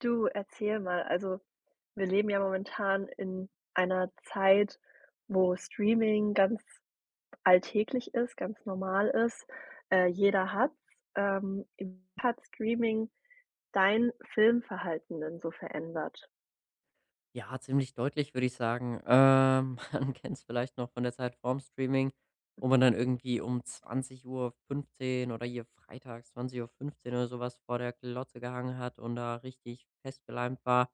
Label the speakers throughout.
Speaker 1: Du, erzähl mal. Wir leben ja momentan in einer Zeit, wo Streaming ganz alltäglich ist, ganz normal ist. Jeder hat's. Wie hat Streaming dein Filmverhalten denn so verändert?
Speaker 2: Ja, ziemlich deutlich, würde ich sagen. Man kennt es vielleicht noch von der Zeit vorm Streaming, wo
Speaker 1: Mhm.
Speaker 2: man dann irgendwie um 20:15 oder hier freitags 20:15 oder sowas vor der Glotze gehangen hat und da richtig festgeleimt war.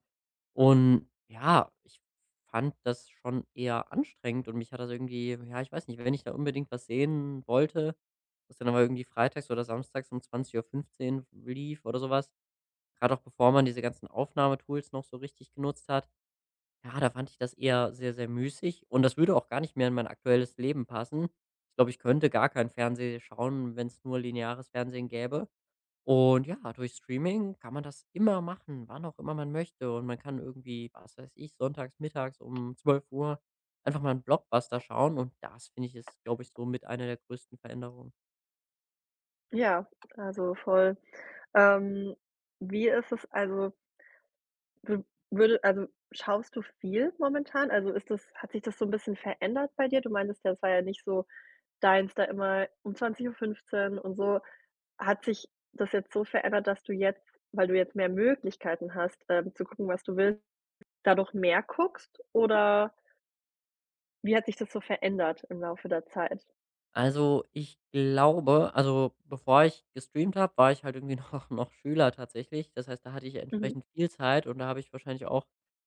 Speaker 2: Und ja, ich fand das schon eher anstrengend und mich hat das irgendwie ja, ich weiß nicht, wenn ich da unbedingt was sehen wollte, was dann aber irgendwie freitags oder samstags um 20:15 lief oder sowas, gerade auch bevor man diese ganzen Aufnahmetools noch so richtig genutzt hat, ja, da fand ich das eher sehr, sehr müßig und das würde auch gar nicht mehr in mein aktuelles Leben passen. Ich glaube, ich könnte gar kein Fernsehen schauen, wenn es nur lineares Fernsehen gäbe. Und ja, durch Streaming kann man das immer machen, wann auch immer man möchte. Und man kann irgendwie, was weiß ich, sonntags, mittags um 12 Uhr einfach mal 'n Blockbuster schauen und das finde ich, ist, glaube ich, so mit einer der größten Veränderungen.
Speaker 1: Ja, also voll. Ähm, Wie ist es W würde also, schaust du viel momentan? Also, ist das hat sich das so ein bisschen verändert bei dir? Du meintest ja, es war ja nicht so deins da immer um 20:15 Uhr und so. Hat sich das jetzt so verändert, dass du jetzt weil du jetzt mehr Möglichkeiten hast, zu gucken, was du willst, da noch mehr guckst? Oder wie hat sich das so verändert im Laufe der Zeit?
Speaker 2: Also, ich glaube, also, bevor ich gestreamt habe, war ich halt irgendwie noch Schüler tatsächlich. Das heißt, da hatte ich
Speaker 1: Mhm,
Speaker 2: entsprechend viel Zeit und da habe ich wahrscheinlich auch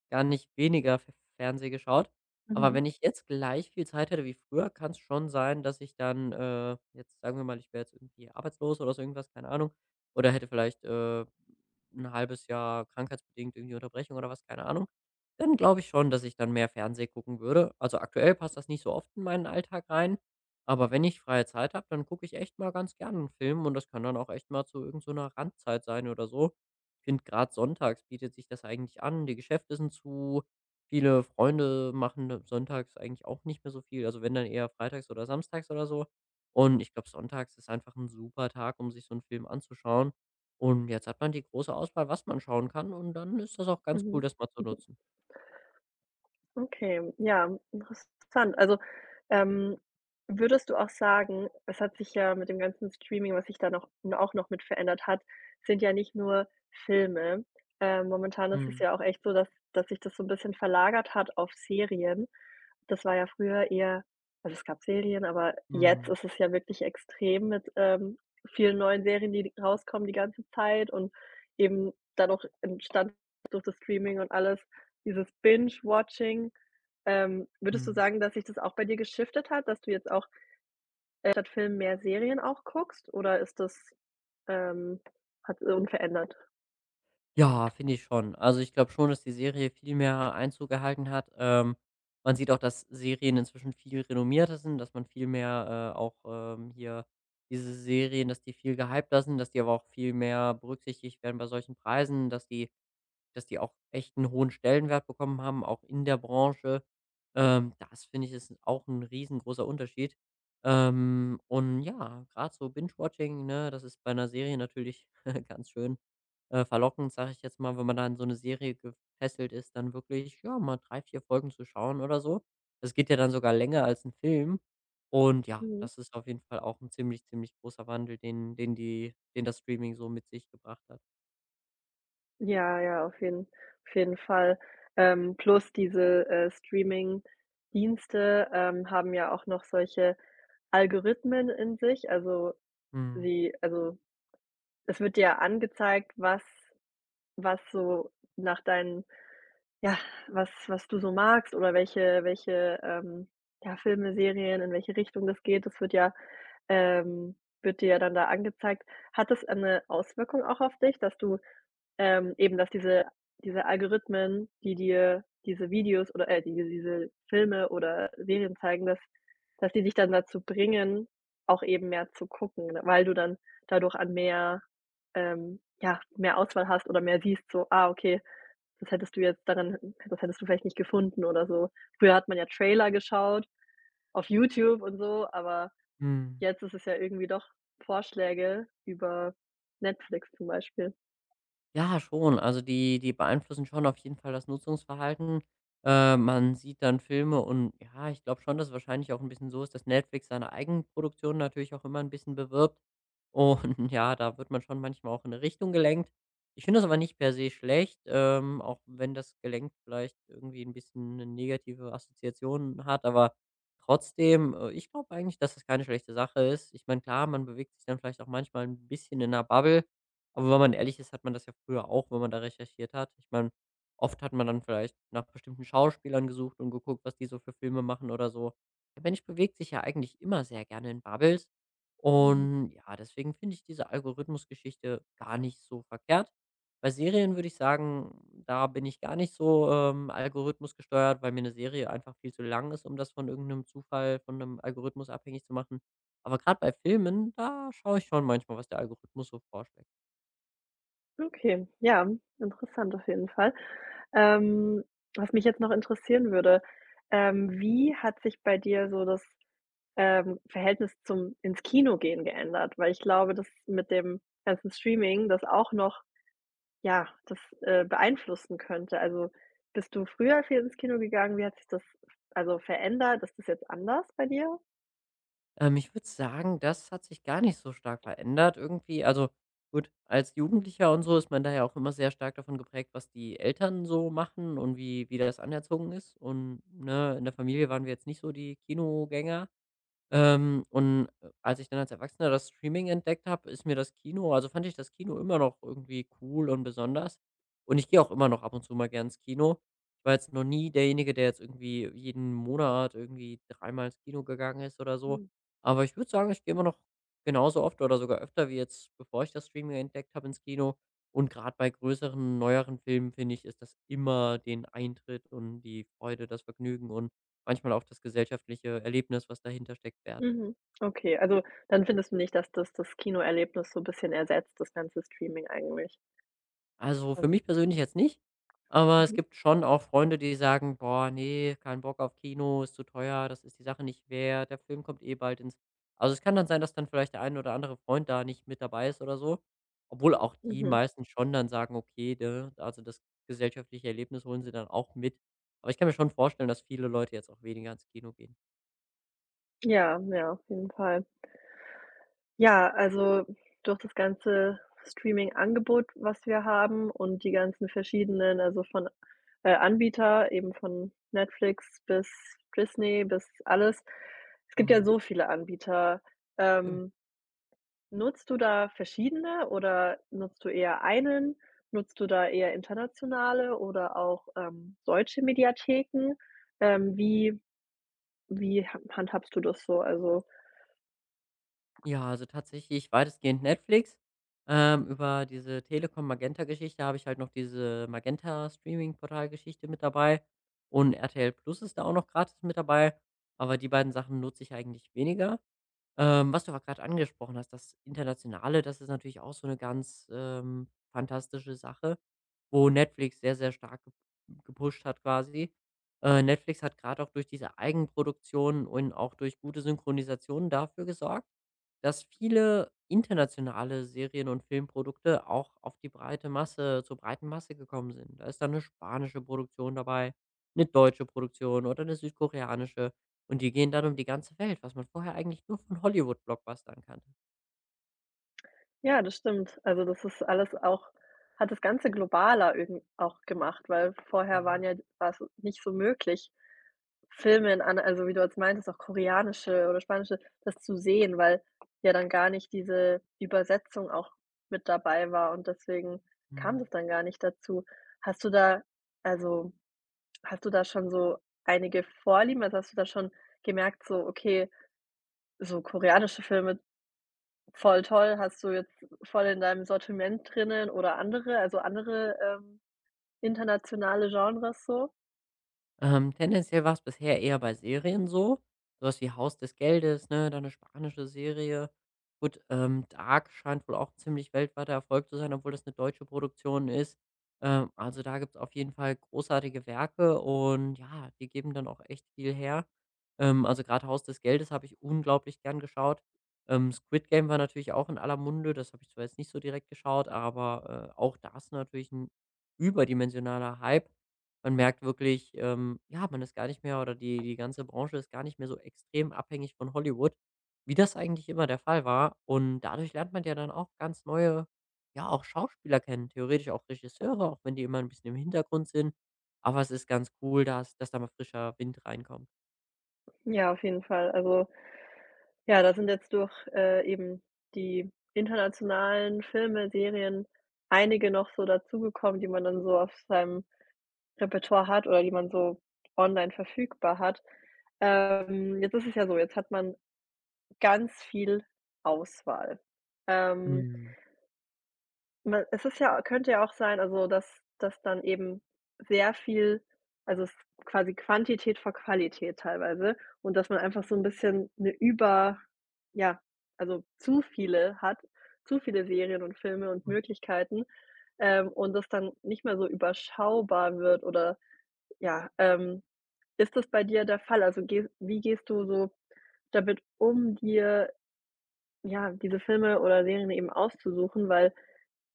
Speaker 2: gar nicht weniger F Fernsehen geschaut. Aber
Speaker 1: mhm,
Speaker 2: wenn ich jetzt gleich viel Zeit hätte wie früher, kann es schon sein, dass ich dann, jetzt sagen wir mal, ich wäre jetzt irgendwie arbeitslos oder so irgendwas, keine Ahnung, oder hätte vielleicht, 'n halbes Jahr krankheitsbedingt irgendwie Unterbrechung oder was, keine Ahnung, dann glaube ich schon, dass ich dann mehr Fernseh gucken würde. Also, aktuell passt das nicht so oft in meinen Alltag rein. Aber wenn ich freie Zeit habe, dann gucke ich echt mal ganz gerne einen Film und das kann dann auch echt mal zu irgend so einer Randzeit sein oder so. Ich finde, grad sonntags bietet sich das eigentlich an. Die Geschäfte sind zu, viele Freunde machen, ne, sonntags eigentlich auch nicht mehr so viel, also wenn dann eher freitags oder samstags oder so. Und ich glaube, sonntags ist einfach ein super Tag, um sich so einen Film anzuschauen. Und jetzt hat man die große Auswahl, was man schauen kann, und dann ist das auch ganz cool, das mal zu
Speaker 1: mhm.
Speaker 2: nutzen.
Speaker 1: Okay, ja, interessant. Ähm, würdest du auch sagen, es hat sich ja mit dem ganzen Streaming, was sich da noch auch noch mit verändert hat, sind ja nicht nur Filme. Momentan ist es
Speaker 2: Mhm.
Speaker 1: ja auch echt so, dass sich das so ein bisschen verlagert hat auf Serien. Das war ja früher eher es gab Serien, aber jetzt
Speaker 2: Mhm.
Speaker 1: ist es ja wirklich extrem mit, vielen neuen Serien, die rauskommen die ganze Zeit und eben dann auch entstanden durch das Streaming und alles. Dieses Binge-Watching, würdest du
Speaker 2: Mhm.
Speaker 1: sagen, dass sich das auch bei dir geschiftet hat, dass du jetzt auch, statt Filmen mehr Serien auch guckst oder ähm hat unverändert?
Speaker 2: Ja, finde ich schon. Also, ich glaube schon, dass die Serie viel mehr Einzug erhalten hat. Man sieht auch, dass Serien inzwischen viel renommierter sind, dass man viel mehr, auch, hier diese Serien, dass die viel gehypter sind, dass die aber auch viel mehr berücksichtigt werden bei solchen Preisen, dass die auch echt einen hohen Stellenwert bekommen haben, auch in der Branche. Das finde ich, ist auch ein riesengroßer Unterschied. Und ja, gerade so Binge-Watching, ne, das ist bei einer Serie natürlich ganz schön, verlockend, sage ich jetzt mal, wenn man da in so eine Serie gefesselt ist, dann wirklich, ja, mal 3 4 Folgen zu schauen oder so. Das geht ja dann sogar länger als ein Film. Und ja,
Speaker 1: Mhm.
Speaker 2: das ist auf jeden Fall auch ein ziemlich, ziemlich großer Wandel, den den die den das Streaming so mit sich gebracht hat.
Speaker 1: Ja, ja, auf jeden auf jeden Fall. Plus diese, Streaming-Dienste, haben ja auch noch solche Algorithmen in sich.
Speaker 2: Mhm.
Speaker 1: Sie also, es wird dir ja angezeigt, was so nach deinen Ja, was du so magst oder welche, ja, Filme, Serien, in welche Richtung das geht, das wird ja ähm, wird dir ja dann da angezeigt. Hat das eine Auswirkung auch auf dich, eben, dass diese Algorithmen, die dir diese Videos oder diese Filme oder Serien zeigen, dass die dich dann dazu bringen, auch eben mehr zu gucken, ne, weil du dann dadurch an mehr ja, mehr Auswahl hast oder mehr siehst so: „Ah, okay, das hättest du jetzt daran das hättest du vielleicht nicht gefunden oder so. Früher hat man ja Trailer geschaut auf YouTube und so, aber
Speaker 2: Mhm.
Speaker 1: jetzt ist es ja irgendwie doch Vorschläge über Netflix zum Beispiel.
Speaker 2: Ja, schon. Also, die beeinflussen schon auf jeden Fall das Nutzungsverhalten. Man sieht dann Filme und ja, ich glaube schon, dass es wahrscheinlich auch ein bisschen so ist, dass Netflix seine Eigenproduktionen natürlich auch immer ein bisschen bewirbt. Und ja, da wird man schon manchmal auch in eine Richtung gelenkt. Ich finde das aber nicht per se schlecht, auch wenn das gelenkt vielleicht irgendwie ein bisschen 'ne negative Assoziation hat, aber trotzdem, ich glaube eigentlich, dass das keine schlechte Sache ist. Ich meine, klar, man bewegt sich dann vielleicht auch manchmal ein bisschen in einer Bubble, aber wenn man ehrlich ist, hat man das ja früher auch, wenn man da recherchiert hat. Ich meine, oft hat man dann vielleicht nach bestimmten Schauspielern gesucht und geguckt, was die so für Filme machen oder so. Der Mensch bewegt sich ja eigentlich immer sehr gerne in Bubbles.
Speaker 1: Mhm.
Speaker 2: Und ja, deswegen finde ich diese Algorithmusgeschichte gar nicht so verkehrt. Bei Serien würde ich sagen, da bin ich gar nicht so, Algorithmus gesteuert, weil mir eine Serie einfach viel zu lang ist, um das von irgendeinem Zufall, von einem Algorithmus abhängig zu machen. Aber gerade bei Filmen, da schaue ich schon manchmal, was der Algorithmus so vorschlägt.
Speaker 1: Okay, ja, interessant auf jeden Fall. Ähm, Was mich jetzt noch interessieren würde, wie hat sich bei dir so das, Verhältnis zum ins Kino gehen geändert? Weil ich glaube, dass mit dem ganzen Streaming das auch noch Ja, das, beeinflussen könnte. Also, bist du früher viel ins Kino gegangen? Wie hat sich das also verändert? Ist das jetzt anders bei dir?
Speaker 2: Ich würde sagen, das hat sich gar nicht so stark verändert irgendwie. Also gut, als Jugendlicher und so ist man da ja auch immer sehr stark davon geprägt, was die Eltern so machen und wie das anerzogen ist. Und, ne, in der Familie waren wir jetzt nicht so die Kinogänger. Und als ich dann als Erwachsener das Streaming entdeckt habe, ist mir das Kino, also, fand ich das Kino immer noch irgendwie cool und besonders. Und ich gehe auch immer noch ab und zu mal gern ins Kino. Ich war jetzt noch nie derjenige, der jetzt irgendwie jeden Monat irgendwie dreimal ins Kino gegangen ist oder so.
Speaker 1: Mhm.
Speaker 2: Aber ich würde sagen, ich gehe immer noch genauso oft oder sogar öfter wie jetzt, bevor ich das Streaming entdeckt habe, ins Kino. Und gerade bei größeren, neueren Filmen, finde ich, ist das immer den Eintritt und die Freude, das Vergnügen und manchmal auf das gesellschaftliche Erlebnis, was dahinter steckt, Wert.
Speaker 1: Mhm. Okay, also dann findest du nicht, dass das Kinoerlebnis so 'n bisschen ersetzt, das ganze Streaming eigentlich
Speaker 2: Also, für
Speaker 1: dann.
Speaker 2: mich persönlich jetzt nicht, aber es
Speaker 1: Mhm.
Speaker 2: gibt schon auch Freunde, die sagen: „Boah, nee, kein Bock auf Kino, ist zu teuer, das ist die Sache nicht wert, der Film kommt eh bald ins“, also, es kann dann sein, dass dann vielleicht der ein oder andere Freund da nicht mit dabei ist oder so, obwohl auch die
Speaker 1: Mhm.
Speaker 2: meisten schon dann sagen: „Okay, ne, also, das gesellschaftliche Erlebnis holen sie dann auch mit.“ Aber ich kann mir schon vorstellen, dass viele Leute jetzt auch weniger ins Kino gehen.
Speaker 1: Ja, ja, auf jeden Fall. Ja, also durch das ganze Streaming-Angebot, was wir haben und die ganzen verschiedenen, Anbieter, eben von Netflix bis Disney, bis alles. Es gibt ja
Speaker 2: Mhm,
Speaker 1: so viele Anbieter.
Speaker 2: stimmt.
Speaker 1: Ähm, Nutzt du da verschiedene oder nutzt du eher einen? Nutzt du da eher internationale oder auch, deutsche Mediatheken? Ähm, wie wie ha handhabst du das so? Also
Speaker 2: Ja, also tatsächlich weitestgehend Netflix. Über diese Telekom-Magenta-Geschichte habe ich halt noch diese Magenta-Streaming-Portal-Geschichte mit dabei. Und RTL Plus ist da auch noch gratis mit dabei. Aber die beiden Sachen nutze ich eigentlich weniger. Was du aber gerade angesprochen hast, das Internationale, das ist natürlich auch so eine ganz, fantastische Sache, wo Netflix sehr, sehr stark gepusht hat quasi. Netflix hat gerade auch durch diese Eigenproduktion und auch durch gute Synchronisation dafür gesorgt, dass viele internationale Serien und Filmprodukte auch auf die breite Masse, zur breiten Masse gekommen sind. Da ist dann eine spanische Produktion dabei, eine deutsche Produktion oder eine südkoreanische, und die gehen dann um die ganze Welt, was man vorher eigentlich nur von Hollywood-Blockbustern kannte.
Speaker 1: ja, das stimmt. Also, das ist alles auch hat das Ganze globaler irgend auch gemacht, weil vorher
Speaker 2: Ja,
Speaker 1: waren ja war's nicht so möglich, Filme in an also, wie du jetzt meintest, auch koreanische oder spanische, das zu sehen, weil ja dann gar nicht diese Übersetzung auch mit dabei war und deswegen kam
Speaker 2: mhm.
Speaker 1: das dann gar nicht dazu. Hast du da also, hast du da schon so einige Vorlieben? Also, hast du da schon gemerkt, so: „Okay, so koreanische Filme, voll toll. Hast du jetzt voll in deinem Sortiment drinnen oder andere, internationale Genres so?
Speaker 2: Tendenziell war es bisher eher bei Serien so, so was wie „Haus des Geldes“, ne, dann eine spanische Serie. Gut, „Dark“ scheint wohl auch 'n ziemlich weltweiter Erfolg zu sein, obwohl das eine deutsche Produktion ist. Also, da gibt's auf jeden Fall großartige Werke und ja, die geben dann auch echt viel her. Also, gerade „Haus des Geldes“ habe ich unglaublich gern geschaut. „Squid Game“ war natürlich auch in aller Munde. Das habe ich zwar jetzt nicht so direkt geschaut, aber, auch das natürlich ein überdimensionaler Hype. Man merkt wirklich, ja, man ist gar nicht mehr, oder die ganze Branche ist gar nicht mehr so extrem abhängig von Hollywood, wie das eigentlich immer der Fall war. Und dadurch lernt man ja dann auch ganz neue, ja, auch Schauspieler kennen, theoretisch auch Regisseure, auch wenn die immer ein bisschen im Hintergrund sind. Aber es ist ganz cool, dass da mal frischer Wind reinkommt.
Speaker 1: Ja, auf jeden Fall. Also, ja, da sind jetzt durch, eben die internationalen Filme, Serien einige noch so dazugekommen, die man dann so auf seinem Repertoire hat oder die man so online verfügbar hat. Jetzt ist es ja so, jetzt hat man ganz viel Auswahl. Ähm
Speaker 2: Mhm,
Speaker 1: Weil es ist ja könnte ja auch sein, dass dann eben sehr viel es ist quasi Quantität vor Qualität teilweise und dass man einfach so ein bisschen eine über ja, zu viele hat, zu viele Serien und Filme und
Speaker 2: mhm.
Speaker 1: Möglichkeiten, und das dann nicht mehr so überschaubar wird oder ja, ähm, ist das bei dir der Fall? Also, geh wie gehst du so damit um, dir, ja, diese Filme oder Serien eben auszusuchen? Weil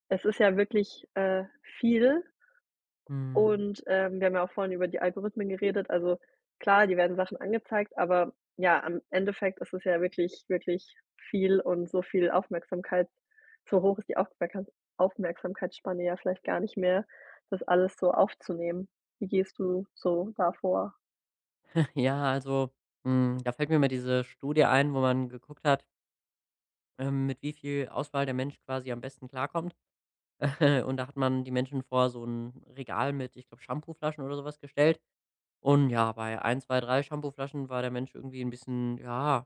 Speaker 1: es ist ja wirklich, viel und, wir haben ja auch vorhin über die Algorithmen geredet. Also, klar, die werden Sachen angezeigt, aber ja, am Endeffekt ist es ja wirklich, wirklich viel und so viel Aufmerksamkeit so hoch ist die Aufmerksamkeitsspanne ja vielleicht gar nicht mehr, das alles so aufzunehmen. Wie gehst du so davor?
Speaker 2: ja, also, hm, da fällt mir mal diese Studie ein, wo man geguckt hat, mit wie viel Auswahl der Mensch quasi am besten klarkommt. Und da hat man die Menschen vor so ein Regal mit, ich glaube, Shampooflaschen oder sowas gestellt. Und ja, bei ein 2 3 Shampooflaschen war der Mensch irgendwie ein bisschen, ja,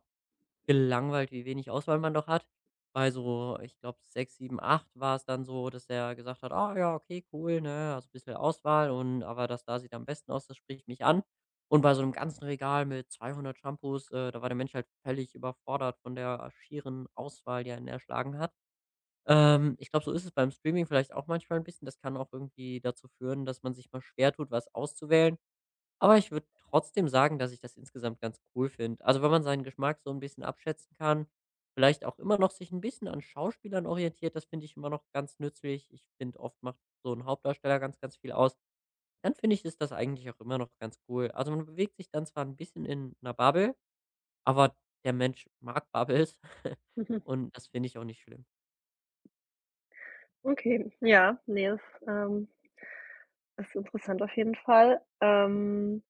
Speaker 2: gelangweilt, wie wenig Auswahl man doch hat. Bei so, ich glaube, 6 7 8 war es dann so, dass er gesagt hat: „Ah ja, okay, cool, ne, also, ein bisschen Auswahl, und aber das da sieht am besten aus, das spricht mich an.“ Und bei so einem ganzen Regal mit 200 Shampoos, da war der Mensch halt völlig überfordert von der schieren Auswahl, die einen erschlagen hat. Ich glaube, so ist es beim Streaming vielleicht auch manchmal ein bisschen. Das kann auch irgendwie dazu führen, dass man sich mal schwer tut, was auszuwählen. Aber ich würde trotzdem sagen, dass ich das insgesamt ganz cool finde. Also, wenn man seinen Geschmack so ein bisschen abschätzen kann, vielleicht auch immer noch sich ein bisschen an Schauspielern orientiert, das finde ich immer noch ganz nützlich. Ich finde, oft macht so ein Hauptdarsteller ganz, ganz viel aus. Dann finde ich, ist das eigentlich auch immer noch ganz cool. Also, man bewegt sich dann zwar ein bisschen in 'ner Bubble, aber der Mensch mag Bubbles
Speaker 1: Mhm,
Speaker 2: und das finde ich auch nicht schlimm.
Speaker 1: okay, ja, nee, das, ähm, ist interessant auf jeden Fall.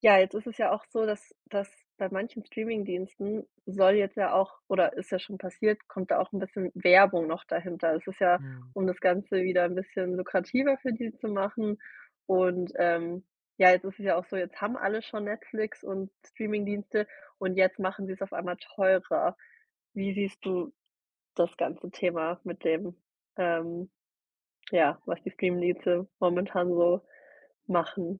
Speaker 1: Ja, jetzt ist es ja auch so, dass bei manchen Streamingdiensten soll jetzt ja auch oder ist ja schon passiert, kommt da auch ein bisschen Werbung noch dahinter. Es ist ja,
Speaker 2: Mhm.
Speaker 1: um das Ganze wieder ein bisschen lukrativer für die zu machen und, ja, jetzt ist es ja auch so, jetzt haben alle schon Netflix und Streamingdienste und jetzt machen sie es auf einmal teurer. Wie siehst du das ganze Thema mit dem, ähm ja, was die Streamingdienste momentan so machen?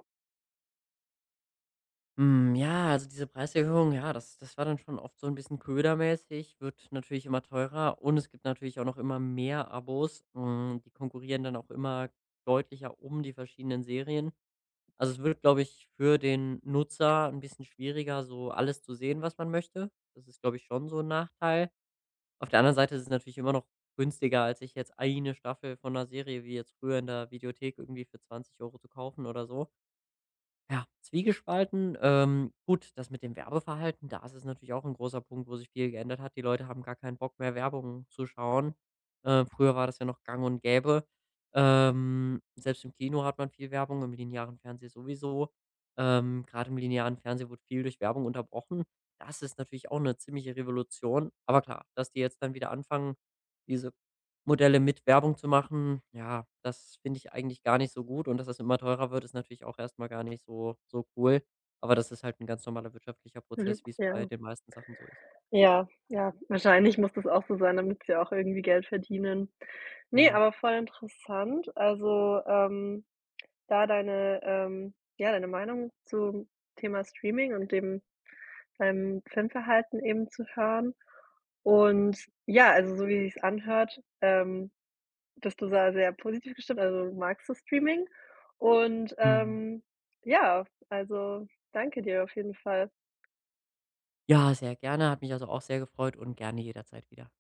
Speaker 2: Hm, ja, also diese Preiserhöhung, ja, das war dann schon oft so ein bisschen ködermäßig, wird natürlich immer teurer und es gibt natürlich auch noch immer mehr Abos. Hm, die konkurrieren dann auch immer deutlicher um die verschiedenen Serien. Also, es wird, glaube ich, für den Nutzer ein bisschen schwieriger, so alles zu sehen, was man möchte. Das ist, glaube ich, schon so ein Nachteil. Auf der anderen Seite ist es natürlich immer noch günstiger, als sich jetzt eine Staffel von einer Serie wie jetzt früher in der Videothek irgendwie für 20 Euro zu kaufen oder so. Ja, zwiegespalten. Gut, das mit dem Werbeverhalten, da ist es natürlich auch ein großer Punkt, wo sich viel geändert hat. Die Leute haben gar keinen Bock mehr, Werbung zu schauen. Früher war das ja noch gang und gäbe. Selbst im Kino hat man viel Werbung, im linearen Fernsehen sowieso. Grade im linearen Fernsehen wurde viel durch Werbung unterbrochen. Das ist natürlich auch eine ziemliche Revolution. Aber klar, dass die jetzt dann wieder anfangen, diese Modelle mit Werbung zu machen, ja, das finde ich eigentlich gar nicht so gut, und dass das immer teurer wird, ist natürlich auch erstmal gar nicht so cool. Aber das ist halt ein ganz normaler wirtschaftlicher
Speaker 1: Mhm,
Speaker 2: Prozess, wie es bei
Speaker 1: ja.
Speaker 2: den meisten Sachen so ist.
Speaker 1: Ja, ja, wahrscheinlich muss das auch so sein, damit sie auch irgendwie Geld verdienen. Ne,
Speaker 2: Ja.
Speaker 1: aber voll interessant. Da deine ja, deine Meinung zum Thema Streaming und dem deinem Filmverhalten eben zu hören. Und ja, also, so wie sich's anhört, bist du da sehr positiv gestimmt, also, du magst das Streaming und,
Speaker 2: Mhm.
Speaker 1: ja, also, danke dir auf jeden Fall.
Speaker 2: Ja, sehr gerne, hat mich also auch sehr gefreut und gerne jederzeit wieder.